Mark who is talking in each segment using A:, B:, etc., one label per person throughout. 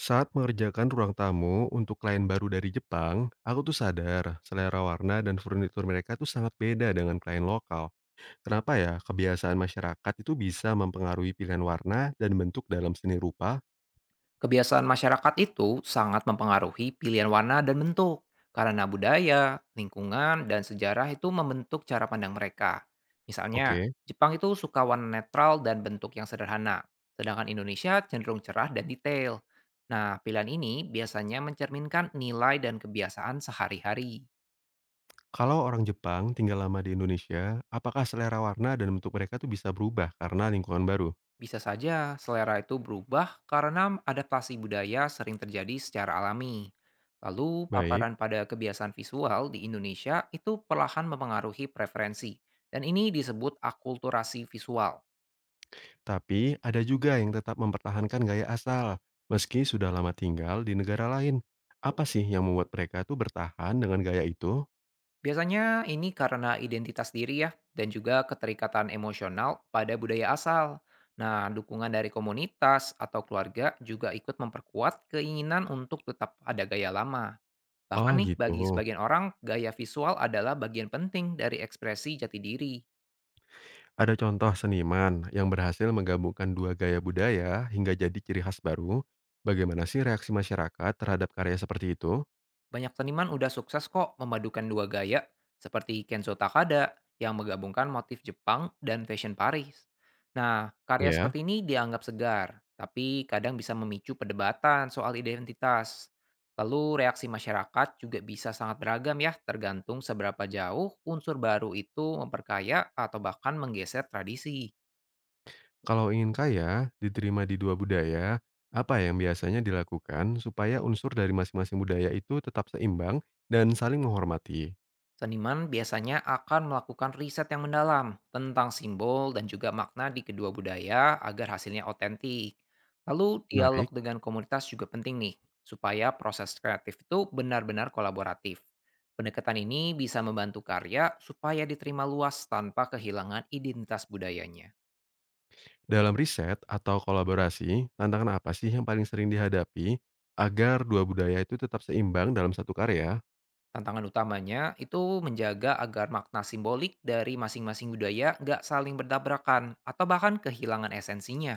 A: Saat mengerjakan ruang tamu untuk klien baru dari Jepang, aku tuh sadar selera warna dan furnitur mereka tuh sangat beda dengan klien lokal. Kenapa ya kebiasaan masyarakat itu bisa mempengaruhi pilihan warna dan bentuk dalam seni rupa?
B: Kebiasaan masyarakat itu sangat mempengaruhi pilihan warna dan bentuk, karena budaya, lingkungan, dan sejarah itu membentuk cara pandang mereka. Misalnya,
A: Oke,
B: Jepang itu suka warna netral dan bentuk yang sederhana, sedangkan Indonesia cenderung cerah dan detail. Nah, pilihan ini biasanya mencerminkan nilai dan kebiasaan sehari-hari.
A: kalau orang Jepang tinggal lama di Indonesia, apakah selera warna dan bentuk mereka tuh bisa berubah karena lingkungan baru?
B: Bisa saja selera itu berubah karena adaptasi budaya sering terjadi secara alami. Lalu,
A: Baik,
B: paparan pada kebiasaan visual di Indonesia itu perlahan mempengaruhi preferensi, dan ini disebut akulturasi visual.
A: tapi ada juga yang tetap mempertahankan gaya asal, meski sudah lama tinggal di negara lain. Apa sih yang membuat mereka tuh bertahan dengan gaya itu?
B: Biasanya ini karena identitas diri ya, dan juga keterikatan emosional pada budaya asal. Nah, dukungan dari komunitas atau keluarga juga ikut memperkuat keinginan untuk tetap ada gaya lama. Bahkan
A: Oh
B: nih,
A: gitu.
B: bagi sebagian orang, gaya visual adalah bagian penting dari ekspresi jati diri.
A: Ada contoh seniman yang berhasil menggabungkan dua gaya budaya hingga jadi ciri khas baru? Bagaimana sih reaksi masyarakat terhadap karya seperti itu?
B: Banyak seniman udah sukses kok memadukan dua gaya, seperti Kenzo Takada yang menggabungkan motif Jepang dan fashion Paris. Nah, karya
A: Ya,
B: seperti ini dianggap segar, tapi kadang bisa memicu perdebatan soal identitas. Lalu reaksi masyarakat juga bisa sangat beragam ya, tergantung seberapa jauh unsur baru itu memperkaya atau bahkan menggeser tradisi.
A: kalau ingin kaya, diterima di dua budaya, apa yang biasanya dilakukan supaya unsur dari masing-masing budaya itu tetap seimbang dan saling menghormati?
B: Seniman biasanya akan melakukan riset yang mendalam tentang simbol dan juga makna di kedua budaya agar hasilnya otentik. Lalu dialog
A: Menarik.
B: dengan komunitas juga penting nih, supaya proses kreatif itu benar-benar kolaboratif. Pendekatan ini bisa membantu karya supaya diterima luas tanpa kehilangan identitas budayanya.
A: Dalam riset atau kolaborasi, tantangan apa sih yang paling sering dihadapi agar dua budaya itu tetap seimbang dalam satu karya?
B: Tantangan utamanya itu menjaga agar makna simbolik dari masing-masing budaya nggak saling berdabrakan atau bahkan kehilangan esensinya.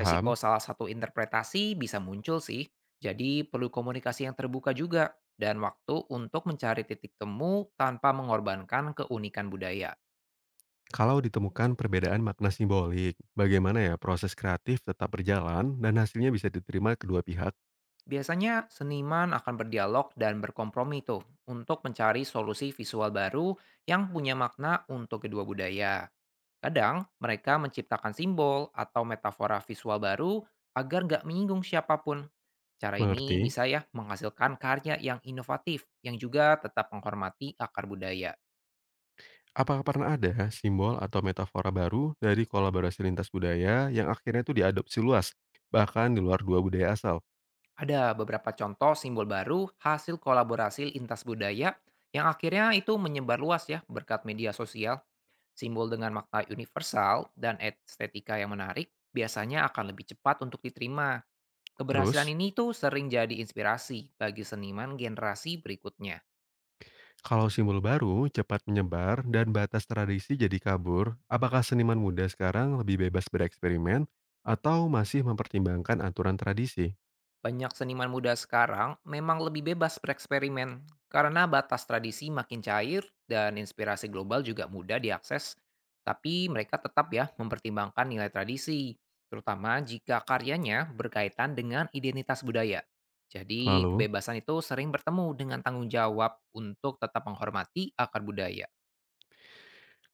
B: Resiko salah satu interpretasi bisa muncul sih, jadi perlu komunikasi yang terbuka juga dan waktu untuk mencari titik temu tanpa mengorbankan keunikan budaya.
A: Kalau ditemukan perbedaan makna simbolik, bagaimana ya proses kreatif tetap berjalan dan hasilnya bisa diterima kedua pihak?
B: Biasanya seniman akan berdialog dan berkompromi tuh untuk mencari solusi visual baru yang punya makna untuk kedua budaya. Kadang mereka menciptakan simbol atau metafora visual baru agar nggak menyinggung siapapun. Cara ini
A: Mengerti?
B: bisa ya menghasilkan karya yang inovatif yang juga tetap menghormati akar budaya.
A: Apakah pernah ada simbol atau metafora baru dari kolaborasi lintas budaya yang akhirnya itu diadopsi luas, bahkan di luar dua budaya asal?
B: Ada beberapa contoh simbol baru hasil kolaborasi lintas budaya yang akhirnya itu menyebar luas ya berkat media sosial. Simbol dengan makna universal dan estetika yang menarik biasanya akan lebih cepat untuk diterima. Keberhasilan
A: Terus,
B: ini tuh sering jadi inspirasi bagi seniman generasi berikutnya.
A: kalau simbol baru cepat menyebar dan batas tradisi jadi kabur, apakah seniman muda sekarang lebih bebas bereksperimen atau masih mempertimbangkan aturan tradisi?
B: Banyak seniman muda sekarang memang lebih bebas bereksperimen karena batas tradisi makin cair dan inspirasi global juga mudah diakses. Tapi mereka tetap ya mempertimbangkan nilai tradisi, terutama jika karyanya berkaitan dengan identitas budaya. Jadi
A: Lalu,
B: kebebasan itu sering bertemu dengan tanggung jawab untuk tetap menghormati akar budaya.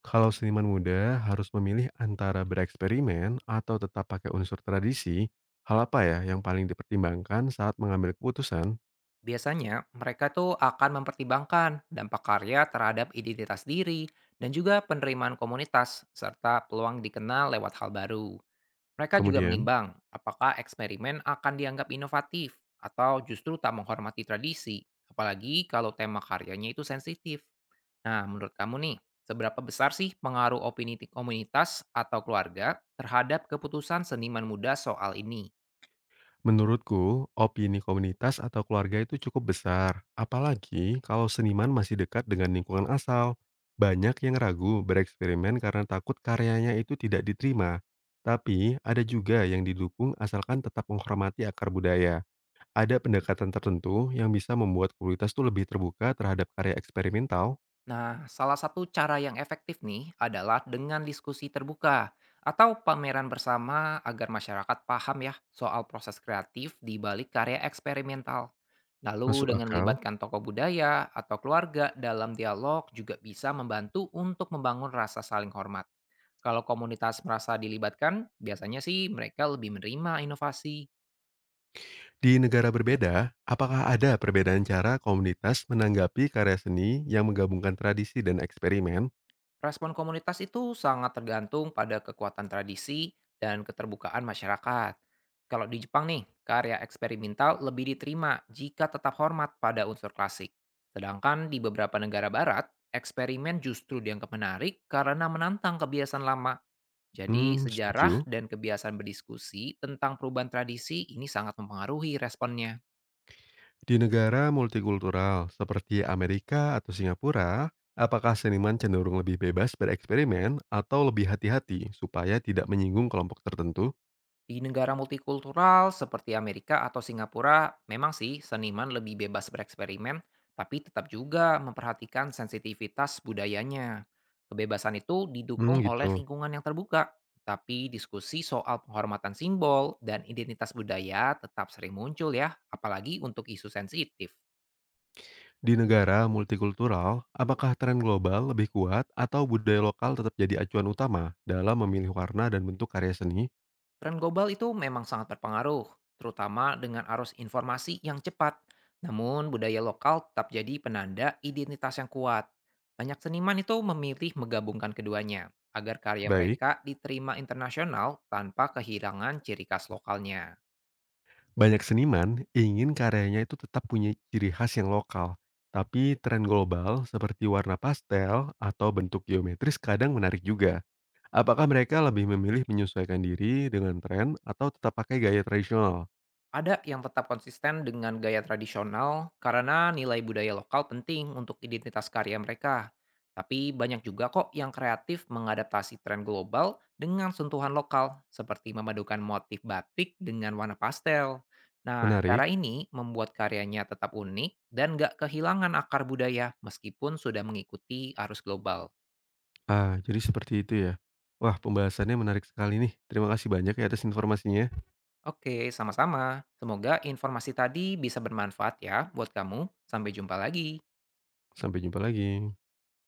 A: kalau seniman muda harus memilih antara bereksperimen atau tetap pakai unsur tradisi, hal apa ya yang paling dipertimbangkan saat mengambil keputusan?
B: Biasanya, mereka tuh akan mempertimbangkan dampak karya terhadap identitas diri dan juga penerimaan komunitas, serta peluang dikenal lewat hal baru. Mereka juga
A: Kemudian,
B: menimbang apakah eksperimen akan dianggap inovatif atau justru tak menghormati tradisi, apalagi kalau tema karyanya itu sensitif. Nah, menurut kamu nih, seberapa besar sih pengaruh opini komunitas atau keluarga terhadap keputusan seniman muda soal ini?
A: menurutku, opini komunitas atau keluarga itu cukup besar, apalagi kalau seniman masih dekat dengan lingkungan asal. Banyak yang ragu bereksperimen karena takut karyanya itu tidak diterima, tapi ada juga yang didukung asalkan tetap menghormati akar budaya. Ada pendekatan tertentu yang bisa membuat komunitas tuh lebih terbuka terhadap karya eksperimental?
B: Nah, salah satu cara yang efektif nih adalah dengan diskusi terbuka atau pameran bersama agar masyarakat paham ya soal proses kreatif di balik karya eksperimental. Ya,
A: Masuk
B: lalu dengan
A: akal.
B: melibatkan tokoh budaya atau keluarga dalam dialog juga bisa membantu untuk membangun rasa saling hormat. Kalau komunitas merasa dilibatkan, biasanya sih mereka lebih menerima inovasi.
A: Di negara berbeda, apakah ada perbedaan cara komunitas menanggapi karya seni yang menggabungkan tradisi dan eksperimen?
B: Respon komunitas itu sangat tergantung pada kekuatan tradisi dan keterbukaan masyarakat. Kalau di Jepang nih, karya eksperimental lebih diterima jika tetap hormat pada unsur klasik. Sedangkan di beberapa negara barat, eksperimen justru dianggap menarik karena menantang kebiasaan lama. Jadi
A: Hmm,
B: sejarah
A: setuju.
B: dan kebiasaan berdiskusi tentang perubahan tradisi ini sangat mempengaruhi responnya.
A: Di negara multikultural seperti Amerika atau Singapura, apakah seniman cenderung lebih bebas bereksperimen atau lebih hati-hati supaya tidak menyinggung kelompok tertentu?
B: Di negara multikultural seperti Amerika atau Singapura, memang sih seniman lebih bebas bereksperimen, tapi tetap juga memperhatikan sensitivitas budayanya. Kebebasan itu didukung
A: Hmm,
B: oleh
A: gitu.
B: lingkungan yang terbuka, tapi diskusi soal penghormatan simbol dan identitas budaya tetap sering muncul ya, apalagi untuk isu sensitif.
A: Di negara multikultural, apakah tren global lebih kuat atau budaya lokal tetap jadi acuan utama dalam memilih warna dan bentuk karya seni?
B: Tren global itu memang sangat berpengaruh, terutama dengan arus informasi yang cepat. Namun, budaya lokal tetap jadi penanda identitas yang kuat. Banyak seniman itu memilih menggabungkan keduanya agar karya
A: Baik,
B: mereka diterima internasional tanpa kehilangan ciri khas lokalnya.
A: banyak seniman ingin karyanya itu tetap punya ciri khas yang lokal, tapi tren global seperti warna pastel atau bentuk geometris kadang menarik juga. Apakah mereka lebih memilih menyesuaikan diri dengan tren atau tetap pakai gaya tradisional?
B: Ada yang tetap konsisten dengan gaya tradisional karena nilai budaya lokal penting untuk identitas karya mereka. Tapi banyak juga kok yang kreatif mengadaptasi tren global dengan sentuhan lokal, seperti memadukan motif batik dengan warna pastel. Nah, cara
A: Menarik.
B: ini membuat karyanya tetap unik dan nggak kehilangan akar budaya meskipun sudah mengikuti arus global.
A: Ah, jadi seperti itu ya. Wah, pembahasannya menarik sekali nih. Terima kasih banyak ya atas informasinya.
B: Oke, sama-sama. Semoga informasi tadi bisa bermanfaat ya buat kamu. Sampai jumpa lagi.
A: Sampai jumpa lagi.